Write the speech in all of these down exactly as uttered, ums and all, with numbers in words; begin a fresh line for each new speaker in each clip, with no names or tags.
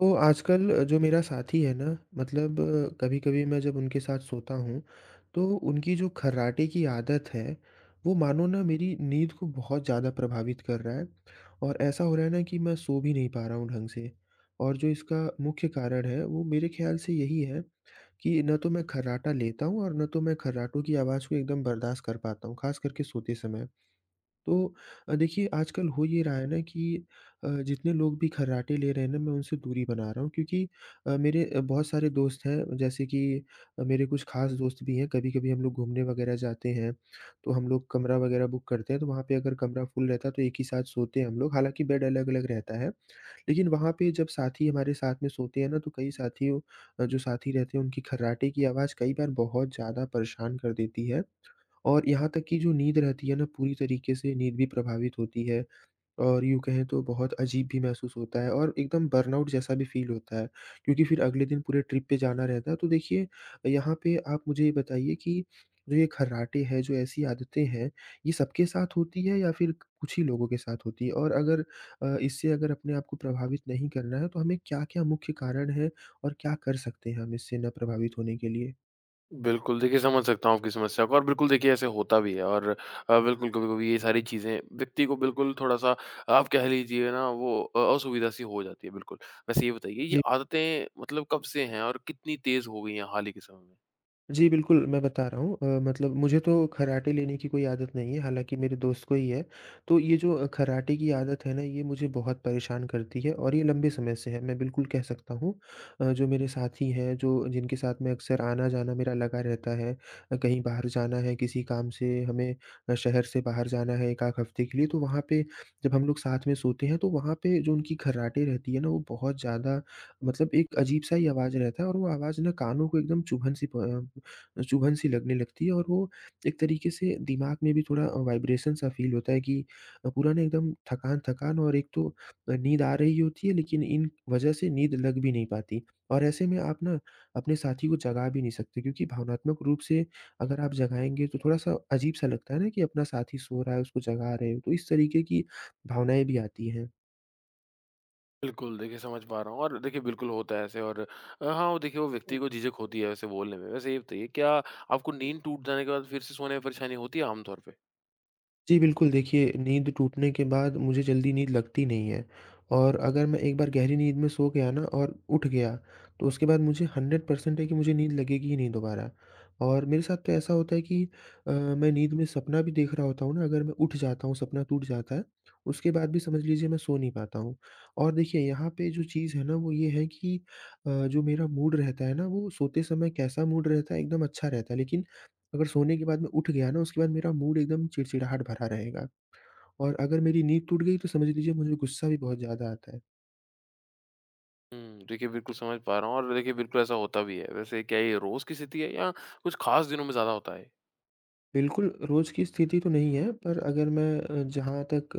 तो आजकल अ, जो मेरा साथी है ना मतलब कभी-कभी मैं जब उनके साथ सोता हूँ, तो उनकी जो खर्राटे की आदत है, वो मानो ना मेरी नींद को बहुत ज़्यादा प्रभावित कर रहा है। और ऐसा हो रहा है ना कि मैं सो भी नहीं पा रहा हूँ ढंग से। और जो इसका मुख्य कारण है, वो मेरे ख्याल से यही है कि न तो मैं खर्राटा लेता हूँ और न तो मैं खर्राटों की आवाज़ को एकदम बर्दाश्त कर पाता हूँ, ख़ास करके सोते समय। तो अ, देखिए, आजकल हो ये रहा है ना कि अ, जितने लोग भी खर्राटे ले रहे हैं ना मैं उनसे दूरी बना रहा हूँ, क्योंकि अ, मेरे अ, बहुत सारे दोस्त हैं। जैसे कि अ, मेरे कुछ खास दोस्त भी हैं, कभी-कभी हम लोग घूमने वगैरह जाते हैं, तो हम लोग कमरा वगैरह बुक करते हैं, तो वहाँ पे अगर कमरा फुल रहता है तो एक ही साथ सोते हैं हम लोग, हालाँकि बेड अलग-अलग रहता है। लेकिन वहाँ पे जब साथी हमारे साथ में सोते हैं ना, तो कई साथियों अ, जो साथी रहते हैं उनकी खर्राटे की आवाज़ कई बार बहुत ज़्यादा परेशान कर देती है। और यहाँ तक कि जो नींद रहती है ना, पूरी तरीके से नींद भी प्रभावित होती है, और यूँ कहें तो बहुत अजीब भी महसूस होता है और एकदम बर्नआउट जैसा भी फ़ील होता है, क्योंकि फिर अगले दिन पूरे ट्रिप पे जाना रहता है। तो देखिए, यहाँ पे आप मुझे ये बताइए कि जो ये खर्राटे हैं, जो ऐसी आदतें हैं, ये सबके साथ होती है या फिर कुछ ही लोगों के साथ होती है? और अगर अ, इससे अगर अपने आप को प्रभावित नहीं करना है, तो हमें क्या-क्या मुख्य कारण हैं और क्या कर सकते हैं हम इससे ना प्रभावित होने के लिए?
बिल्कुल, देखिए समझ सकता हूँ आपकी समस्या को और बिल्कुल देखिए ऐसे होता भी है और अ, बिल्कुल कभी-कभी ये सारी चीज़ें व्यक्ति को बिल्कुल थोड़ा-सा आप कह लीजिए ना वो अ, असुविधा सी हो जाती है बिल्कुल। वैसे ये बताइए, ये आदतें मतलब कब से हैं और कितनी तेज़ हो गई हैं हाल ही के समय में?
जी, बिल्कुल, मैं बता रहा हूँ अ, मतलब मुझे तो कराटे लेने की कोई आदत नहीं है, हालाँकि मेरे दोस्त को ही है। तो ये जो अ, कराटे की आदत है ना, ये मुझे बहुत परेशान करती है और ये लंबे समय से है, मैं बिल्कुल कह सकता हूँ। अ, जो मेरे साथी हैं, जो जिनके साथ मैं अक्सर आना-जाना मेरा लगा रहता है, अ, कहीं बाहर जाना है, किसी काम से हमें अ, शहर से बाहर जाना है एक आध हफ़्ते के लिए, तो वहाँ पे जब हम लोग साथ में सोते हैं, तो वहाँ पे जो उनकी खर्राटे रहती है ना, वो बहुत ज़्यादा, मतलब एक अजीब-सा ही आवाज़ रहता है और वो आवाज़ ना कानों को एकदम चुभन-सी प चुभन-सी लगने लगती है, और वो एक तरीके से दिमाग में भी थोड़ा वाइब्रेशन-सा फ़ील होता है कि अ, पूरा ना एकदम थकान-थकान, और एक तो अ, नींद आ रही होती है लेकिन इन वजह से नींद लग भी नहीं पाती, और ऐसे में आप ना अपने साथी को जगा भी नहीं सकते, क्योंकि भावनात्मक रूप से अगर आप जगाएँगे तो थोड़ा-सा अजीब-सा लगता है ना कि अपना साथी सो रहा है, उसको जगा रहे हो, तो इस तरीके की भावनाएँ भी आती हैं।
बिल्कुल, देखिए समझ पा रहा हूँ और देखिए बिल्कुल होता है ऐसे और अ, हाँ, वो देखिए वो व्यक्ति को झिझक होती है वैसे बोलने में। वैसे ये बताइए, क्या आपको नींद टूट जाने के बाद फिर से सोने में परेशानी होती है आम तौर पे?
जी, बिल्कुल देखिए, नींद टूटने के बाद मुझे जल्दी नींद लगती नहीं है, और अगर मैं एक बार गहरी नींद में सो गया ना और उठ गया, तो उसके बाद मुझे हंड्रेड परसेंट है कि मुझे नींद लगेगी ही नहीं दोबारा। और मेरे साथ तो ऐसा होता है कि अ, मैं नींद में सपना भी देख रहा होता हूँ ना, अगर मैं उठ जाता हूँ, सपना टूट जाता है, उसके बाद भी समझ लीजिए मैं सो नहीं पाता हूँ। और देखिए, यहाँ पे जो चीज़ है ना, वो ये है कि अ, जो मेरा मूड रहता है ना, वो सोते समय कैसा मूड रहता है, एकदम अच्छा रहता है, लेकिन अगर सोने के बाद मैं उठ गया ना, उसके बाद मेरा मूड एकदम चिड़चिड़ाहट भरा रहेगा, और अगर मेरी नींद टूट गई तो समझ लीजिए मुझे गुस्सा भी बहुत ज़्यादा आता है।
हुँ, देखिए बिल्कुल समझ पा रहा हूँ और देखिए बिल्कुल ऐसा होता भी है। वैसे क्या ये रोज़ की स्थिति है या कुछ ख़ास दिनों में ज़्यादा होता है?
बिल्कुल, रोज़ की स्थिति तो नहीं है, पर अगर मैं अ, जहाँ तक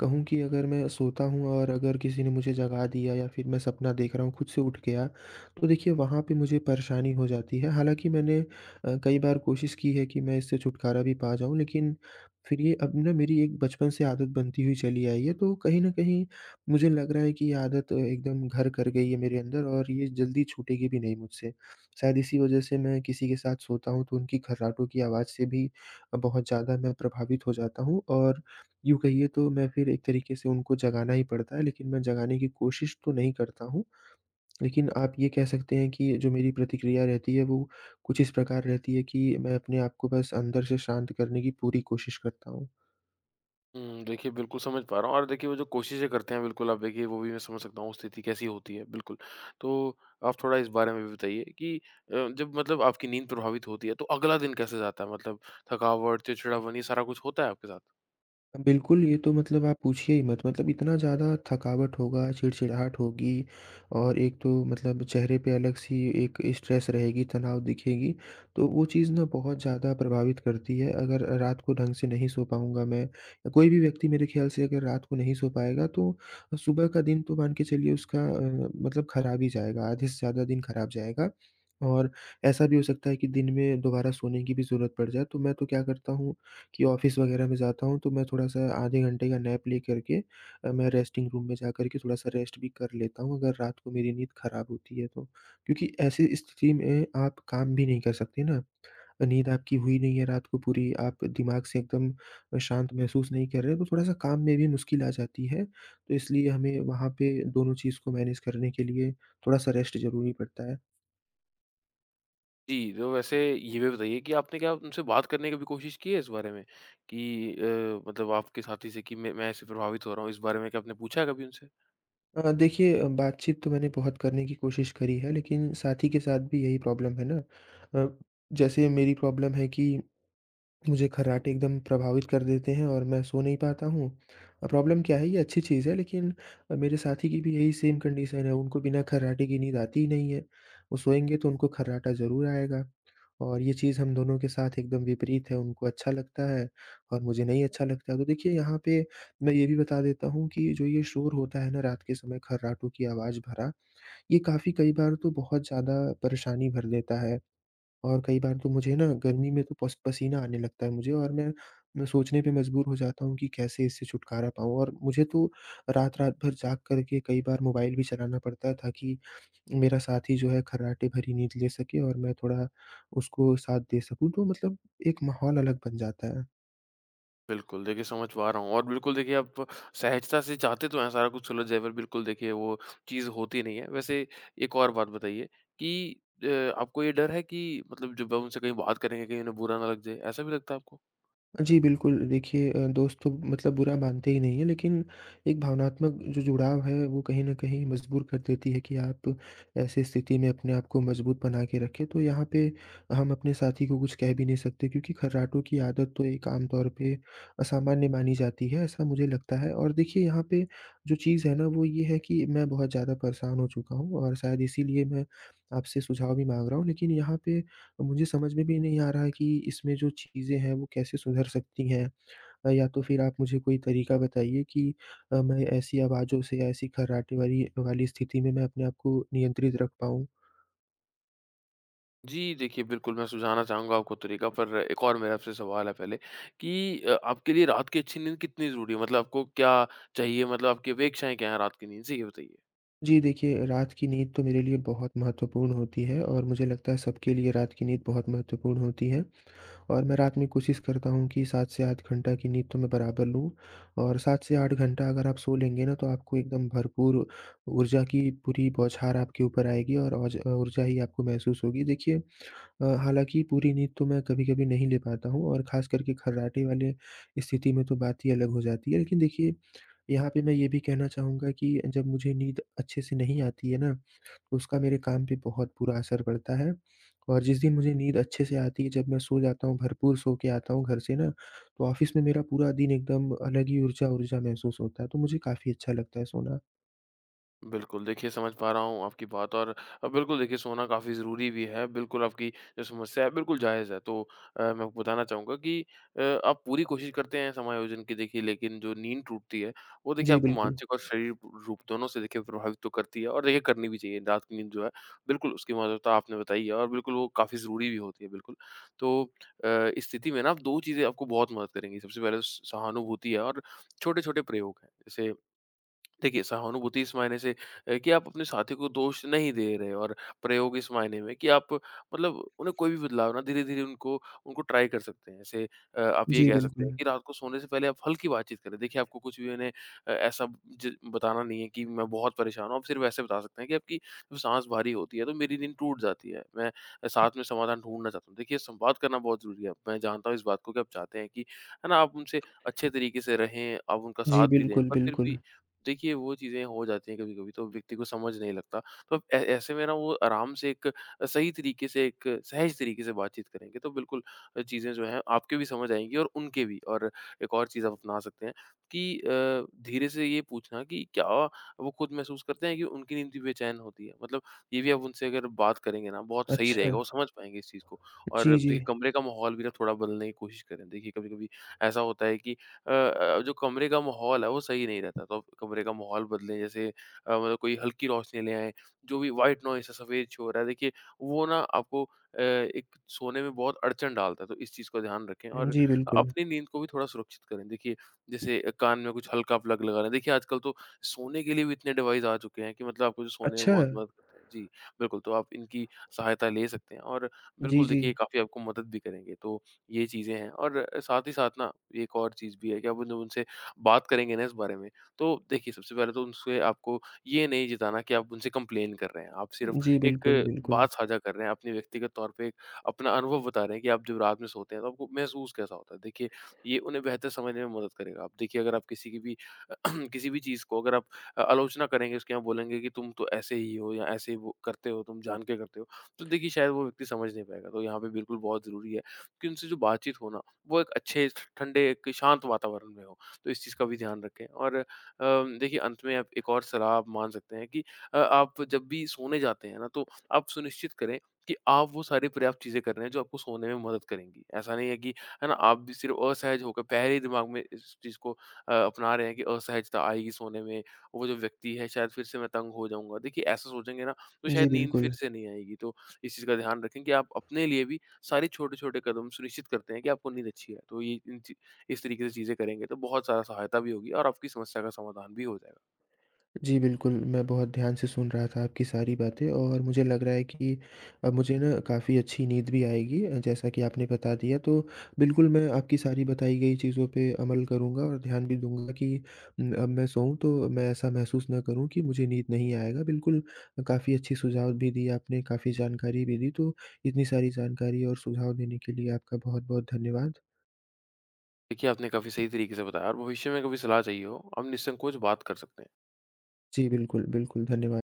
कहूँ कि अगर मैं सोता हूँ और अगर किसी ने मुझे जगा दिया या फिर मैं सपना देख रहा हूँ, खुद से उठ गया, तो देखिए वहाँ पे मुझे परेशानी हो जाती है। हालाँकि मैंने अ, कई बार कोशिश की है कि मैं इससे छुटकारा भी पा जाऊँ, लेकिन फिर ये अब ना मेरी एक बचपन से आदत बनती हुई चली आई है, तो कहीं न कहीं मुझे लग रहा है कि ये आदत अ, एकदम घर कर गई है मेरे अंदर और ये जल्दी छूटेगी भी नहीं मुझसे। शायद इसी वजह से मैं किसी के साथ सोता हूँ, तो उनकी खर्राटों की आवाज़ से भी बहुत ज़्यादा मैं प्रभावित हो जाता हूँ, और यूँ कहिए तो मैं फिर एक तरीके से उनको जगाना ही पड़ता है, लेकिन मैं जगाने की कोशिश तो नहीं करता हूँ। लेकिन आप ये कह सकते हैं कि जो मेरी प्रतिक्रिया रहती है वो कुछ इस प्रकार रहती है कि मैं अपने आप को बस अंदर से शांत करने की पूरी कोशिश करता हूँ।
हुँ, देखिए बिल्कुल समझ पा रहा हूँ और देखिए वो जो कोशिशें करते हैं बिल्कुल, आप देखिए वो भी मैं समझ सकता हूँ, स्थिति कैसी होती है बिल्कुल। तो आप थोड़ा इस बारे में भी बताइए कि अ, जब मतलब आपकी नींद प्रभावित होती है तो अगला दिन कैसे जाता है? मतलब थकावट, चिड़चिड़ापन, ये सारा कुछ होता है आपके साथ?
बिल्कुल, ये तो मतलब आप पूछिए ही मत। मतलब इतना ज़्यादा थकावट होगा, चिड़चिड़ाहट होगी, और एक तो मतलब चेहरे पे अलग-सी एक स्ट्रेस रहेगी, तनाव दिखेगी, तो वो चीज़ ना बहुत ज़्यादा प्रभावित करती है। अगर रात को ढंग से नहीं सो पाऊँगा मैं या कोई भी व्यक्ति, मेरे ख़्याल से अगर रात को नहीं सो पाएगा, तो सुबह का दिन तो मान के चलिए उसका अ, मतलब ख़राब ही जाएगा, आधे से ज़्यादा दिन ख़राब जाएगा, और ऐसा भी हो सकता है कि दिन में दोबारा सोने की भी ज़रूरत पड़ जाए। तो मैं तो क्या करता हूँ कि ऑफ़िस वग़ैरह में जाता हूँ, तो मैं थोड़ा-सा आधे घंटे का नैप लेकर के अ, मैं रेस्टिंग रूम में जाकर के थोड़ा-सा रेस्ट भी कर लेता हूँ, अगर रात को मेरी नींद ख़राब होती है तो। क्योंकि ऐसी स्थिति में आप काम भी नहीं कर सकते ना, नींद आपकी हुई नहीं है रात को पूरी, आप दिमाग से एकदम अ, शांत महसूस नहीं कर रहे, तो थोड़ा-सा काम में भी मुश्किल आ जाती है। तो इसलिए हमें वहाँ पे दोनों चीज़ को मैनेज करने के लिए थोड़ा-सा रेस्ट ज़रूरी पड़ता है।
जी, तो वैसे ये भी बताइए कि आपने क्या उनसे बात करने की भी कोशिश की है इस बारे में? कि अ, मतलब आपके साथी से कि मैं मैं ऐसे प्रभावित हो रहा हूँ, इस बारे में क्या आपने पूछा है कभी उनसे?
अ, देखिए, अ, बातचीत तो मैंने बहुत करने की कोशिश करी है लेकिन साथी के साथ भी यही प्रॉब्लम है ना। अ, जैसे मेरी प्रॉब्लम है कि मुझे खर्राटे एकदम प्रभावित कर देते हैं और मैं सो नहीं पाता हूँ। अ, प्रॉब्लम क्या है ये अच्छी चीज़ है लेकिन अ, मेरे साथी की भी यही सेम कंडीशन है, उनको बिना खर्राटे की नींद आती ही नहीं है। वो सोएँगे तो उनको खर्राटा ज़रूर आएगा, और ये चीज़ हम दोनों के साथ एकदम विपरीत है, उनको अच्छा लगता है और मुझे नहीं अच्छा लगता है। तो देखिए यहाँ पे मैं ये भी बता देता हूँ कि जो ये शोर होता है ना रात के समय, खर्राटों की आवाज़ भरा, ये काफ़ी कई बार तो बहुत ज़्यादा परेशानी भर देता है। और कई बार तो मुझे ना गर्मी में तो पस पसीना आने लगता है मुझे, और मैं मैं सोचने पे मजबूर हो जाता हूँ कि कैसे इससे छुटकारा पाऊँ, और मुझे तो रात-रात भर जाग कर के कई बार मोबाइल भी चलाना पड़ता है, ताकि मेरा साथी जो है खर्राटे भरी नींद ले सके और मैं थोड़ा उसको साथ दे सकूँ। तो मतलब एक माहौल अलग बन जाता है।
बिल्कुल, देखिए समझ पा रहा हूँ और बिल्कुल देखिए आप सहजता से चाहते तो हैं सारा कुछ सुलझ जाए, पर बिल्कुल देखिए वो चीज़ होती नहीं है। वैसे एक और बात बताइए कि अ, आपको ये डर है कि मतलब जब आप उनसे कहीं बात करेंगे कहीं उन्हें बुरा ना लग जाए, ऐसा भी लगता है आपको?
जी, बिल्कुल। देखिए, अ, दोस्त तो मतलब बुरा मानते ही नहीं है, लेकिन एक भावनात्मक जो जुड़ाव है, वो कहीं न कहीं मजबूर कर देती है कि आप ऐसी स्थिति में अपने आप को मजबूत बना के रखें। तो यहाँ पे हम अपने साथी को कुछ कह भी नहीं सकते, क्योंकि खर्राटों की आदत तो एक आम तौर पे असामान्य मानी जाती है, ऐसा मुझे लगता है। और देखिए, यहाँ पे जो चीज़ है ना, वो ये है कि मैं बहुत ज़्यादा परेशान हो चुका हूँ और शायद इसीलिए मैं आपसे सुझाव भी माँग रहा हूँ। लेकिन यहाँ पे तो मुझे समझ में भी नहीं आ रहा है कि इसमें जो चीज़ें हैं वो कैसे सुधर सकती हैं। अ, या तो फिर आप मुझे कोई तरीका बताइए कि अ, मैं ऐसी आवाज़ों से या ऐसी खर्राटे वाली वाली स्थिति में मैं अपने आप को नियंत्रित रख पाऊँ।
जी, देखिए बिल्कुल मैं सुझाना चाहूँगा आपको तरीका, पर एक और मेरा आपसे सवाल है पहले कि अ, आपके लिए रात की अच्छी नींद कितनी ज़रूरी है? मतलब आपको क्या चाहिए? मतलब आपकी अपेक्षाएँ क्या हैं रात की नींद से? ये बताइए।
जी देखिए, रात की नींद तो मेरे लिए बहुत महत्वपूर्ण होती है और मुझे लगता है सबके लिए रात की नींद बहुत महत्वपूर्ण होती है। और मैं रात में कोशिश करता हूँ कि सात से आठ घंटा की नींद तो मैं बराबर लूँ, और सात से आठ घंटा अगर आप सो लेंगे ना, तो आपको एकदम भरपूर ऊर्जा की पूरी बौछार आपके ऊपर आएगी और औज ऊर्जा ही आपको महसूस होगी। देखिए, अ, हालाँकि पूरी नींद तो मैं कभी-कभी नहीं ले पाता हूँ और ख़ास करके खर्राटे वाले स्थिति में तो बात ही अलग हो जाती है। लेकिन देखिए, यहाँ पे मैं ये भी कहना चाहूँगा कि जब मुझे नींद अच्छे से नहीं आती है ना, उसका मेरे काम पे बहुत बुरा असर पड़ता है, और जिस दिन मुझे नींद अच्छे से आती है, जब मैं सो जाता हूँ, भरपूर सो के आता हूँ घर से ना, तो ऑफ़िस में मेरा पूरा दिन एकदम अलग ही ऊर्जा-ऊर्जा महसूस होता है, तो मुझे काफ़ी अच्छा लगता है सोना।
बिल्कुल, देखिए समझ पा रहा हूँ आपकी बात और अ, बिल्कुल देखिए सोना काफ़ी ज़रूरी भी है। बिल्कुल आपकी जो समस्या है बिल्कुल जायज़ है। तो अ, मैं आपको बताना चाहूँगा कि अ, आप पूरी कोशिश करते हैं समायोजन की, देखिए लेकिन जो नींद टूटती है, वो देखिए
जी,
आपको
बिल्कुल।
मानसिक और शारीरिक रूप दोनों से देखिए प्रभावित तो करती है और देखिए करनी भी चाहिए। रात की नींद जो है बिल्कुल, उसकी महत्वता आपने बताई है और बिल्कुल वो काफ़ी ज़रूरी भी होती है बिल्कुल। तो अ, इस स्थिति में ना आप दो चीज़ें आपको बहुत मदद करेंगी। सबसे पहले तो स सहानुभूति है और छोटे-छोटे प्रयोग हैं। जैसे देखिए, सहानुभूति इस मायने से अ, कि आप अपने साथी को दोष नहीं दे रहे, और प्रयोग इस मायने में कि आप मतलब उन्हें कोई भी बदलाव ना धीरे-धीरे उनको उनको ट्राई कर सकते हैं। जैसे अ, आप ये
जी,
कह सकते हैं
बिल्कुल।
कि रात को सोने से पहले आप हल्की बातचीत करें। देखिए, आपको कुछ भी उन्हें अ, ऐसा ज बताना नहीं है कि मैं बहुत परेशान हूँ। आप सिर्फ ऐसे बता सकते हैं कि आपकी जो साँस भारी होती है, तो मेरी नींद टूट जाती है। मैं साथ में समाधान ढूँढना चाहता हूँ। देखिए, संवाद करना बहुत ज़रूरी है। मैं जानता हूँ इस बात को कि आप चाहते हैं कि है ना, आप उनसे अच्छे तरीके से रहें, आप उनका
जी,
साथ भी दें,
बिल्कुल,
पर फिर
बिल्कुल।
भी देखिए वो चीज़ें हो जाती हैं कभी-कभी, तो व्यक्ति को समझ नहीं लगता। तो अब ऐ ऐसे में ना वो आराम से एक सही तरीके से, एक सहज तरीके से बातचीत करेंगे तो बिल्कुल अ, चीज़ें जो हैं आपके भी समझ आएँगी और उनके भी। और एक और चीज़ आप अपना सकते हैं कि अ, धीरे से ये पूछना कि क्या वो खुद महसूस करते हैं कि उनकी नींद भी बेचैन होती है? मतलब ये भी आप उनसे अगर बात करेंगे ना, बहुत सही
अच्छा।
रहेगा, वो समझ पाएँगे इस चीज़ को। और
जी,
देखिए
जी।
कमरे का माहौल भी ना थोड़ा बदलने की कोशिश करें। देखिए कभी-कभी ऐसा होता है कि अ अ, जो कमरे का माहौल है वो सही नहीं रहता। तो आप कमरे का माहौल बदलें, जैसे अ, मतलब कोई हल्की रोशनी ले आएँ, जो भी व्हाइट नॉइज़ है, सफ़ेद शोर है, देखिए वो ना आपको अ, एक सोने में बहुत अड़चन डालता है। तो इस चीज़ का ध्यान रखें और
जी, बिल्कुल।
अपनी नींद को भी थोड़ा सुरक्षित करें। देखिए जैसे कान में कुछ हल्का प्लग लगा लें। देखिए आजकल तो सोने के लिए भी इतने डिवाइस आ चुके हैं कि मतलब आपको जो सोने में
अच्छा।
बहुत मदद करते हैं। जी, बिल्कुल, तो आप इनकी सहायता ले सकते हैं और
जी,
बिल्कुल
जी।
देखिए काफ़ी आपको मदद भी करेंगे। तो ये चीज़ें हैं, और साथ ही साथ ना एक और चीज़ भी है कि आप जब उनसे बात करेंगे ना इस बारे में, तो देखिए सबसे पहले तो उनसे आपको ये नहीं जताना कि आप उनसे कंप्लेन कर रहे हैं। आप सिर्फ़
जी,
एक
बिल्कुल, बिल्कुल।
बात साझा कर रहे हैं, अपने व्यक्तिगत तौर पे एक अपना अनुभव बता रहे हैं कि आप जब रात में सोते हैं तो आपको महसूस कैसा होता है। देखिए, ये उन्हें बेहतर समझने में मदद करेगा। आप देखिए, अगर आप किसी की भी किसी भी चीज़ को अगर आप अ, आलोचना करेंगे, उसके यहाँ बोलेंगे कि तुम तो ऐसे ही हो या ऐसे ही वो करते हो, तुम जान के करते हो, तो देखिए शायद वो व्यक्ति समझ नहीं पाएगा। तो यहाँ पे बिल्कुल बहुत ज़रूरी है कि उनसे जो बातचीत हो ना, वो एक अच्छे ठंडे, एक शांत वातावरण में हो। तो इस चीज़ का भी ध्यान रखें और अ, देखिए अंत में आप एक और सलाह आप मान सकते हैं कि अ, आप जब भी सोने जाते हैं ना तो आप सुनिश्चित करें कि आप वो सारी पर्याप्त चीज़ें कर रहे हैं जो आपको सोने में मदद करेंगी। ऐसा नहीं है कि है ना, आप भी सिर्फ़ असहज होकर पहले ही दिमाग में इस चीज़ को अ, अपना रहे हैं कि असहजता आएगी सोने में, वो जो व्यक्ति है शायद फिर से मैं तंग हो जाऊँगा। देखिए ऐसा सोचेंगे ना तो
जी,
शायद नींद फिर
बिल्कुल।
से नहीं आएगी। तो इस चीज़ का ध्यान रखें कि आप अपने लिए भी सारे छोटे-छोटे कदम सुनिश्चित करते हैं कि आपको नींद अच्छी है। तो ये इन ची इस तरीके से चीज़ें करेंगे तो बहुत ज़्यादा सहायता भी होगी और आपकी समस्या का समाधान भी हो जाएगा।
जी, बिल्कुल, मैं बहुत ध्यान से सुन रहा था आपकी सारी बातें और मुझे लग रहा है कि अब मुझे ना काफ़ी अच्छी नींद भी आएगी, अ, जैसा कि आपने बता दिया। तो बिल्कुल, मैं आपकी सारी बताई गई चीज़ों पे अमल करूँगा और ध्यान भी दूँगा कि उम, अब मैं सोऊँ तो मैं ऐसा महसूस ना करूँ कि मुझे नींद नहीं आएगा। बिल्कुल, काफ़ी अच्छे सुझाव भी दिए आपने, काफ़ी जानकारी भी दी, तो इतनी सारी जानकारी और सुझाव देने के लिए आपका बहुत-बहुत धन्यवाद।
देखिए, आपने काफ़ी सही तरीके से बताया और भविष्य में कभी सलाह चाहिए हो, हम निसंकोच बात कर सकते हैं।
जी, बिल्कुल, बिल्कुल, धन्यवाद।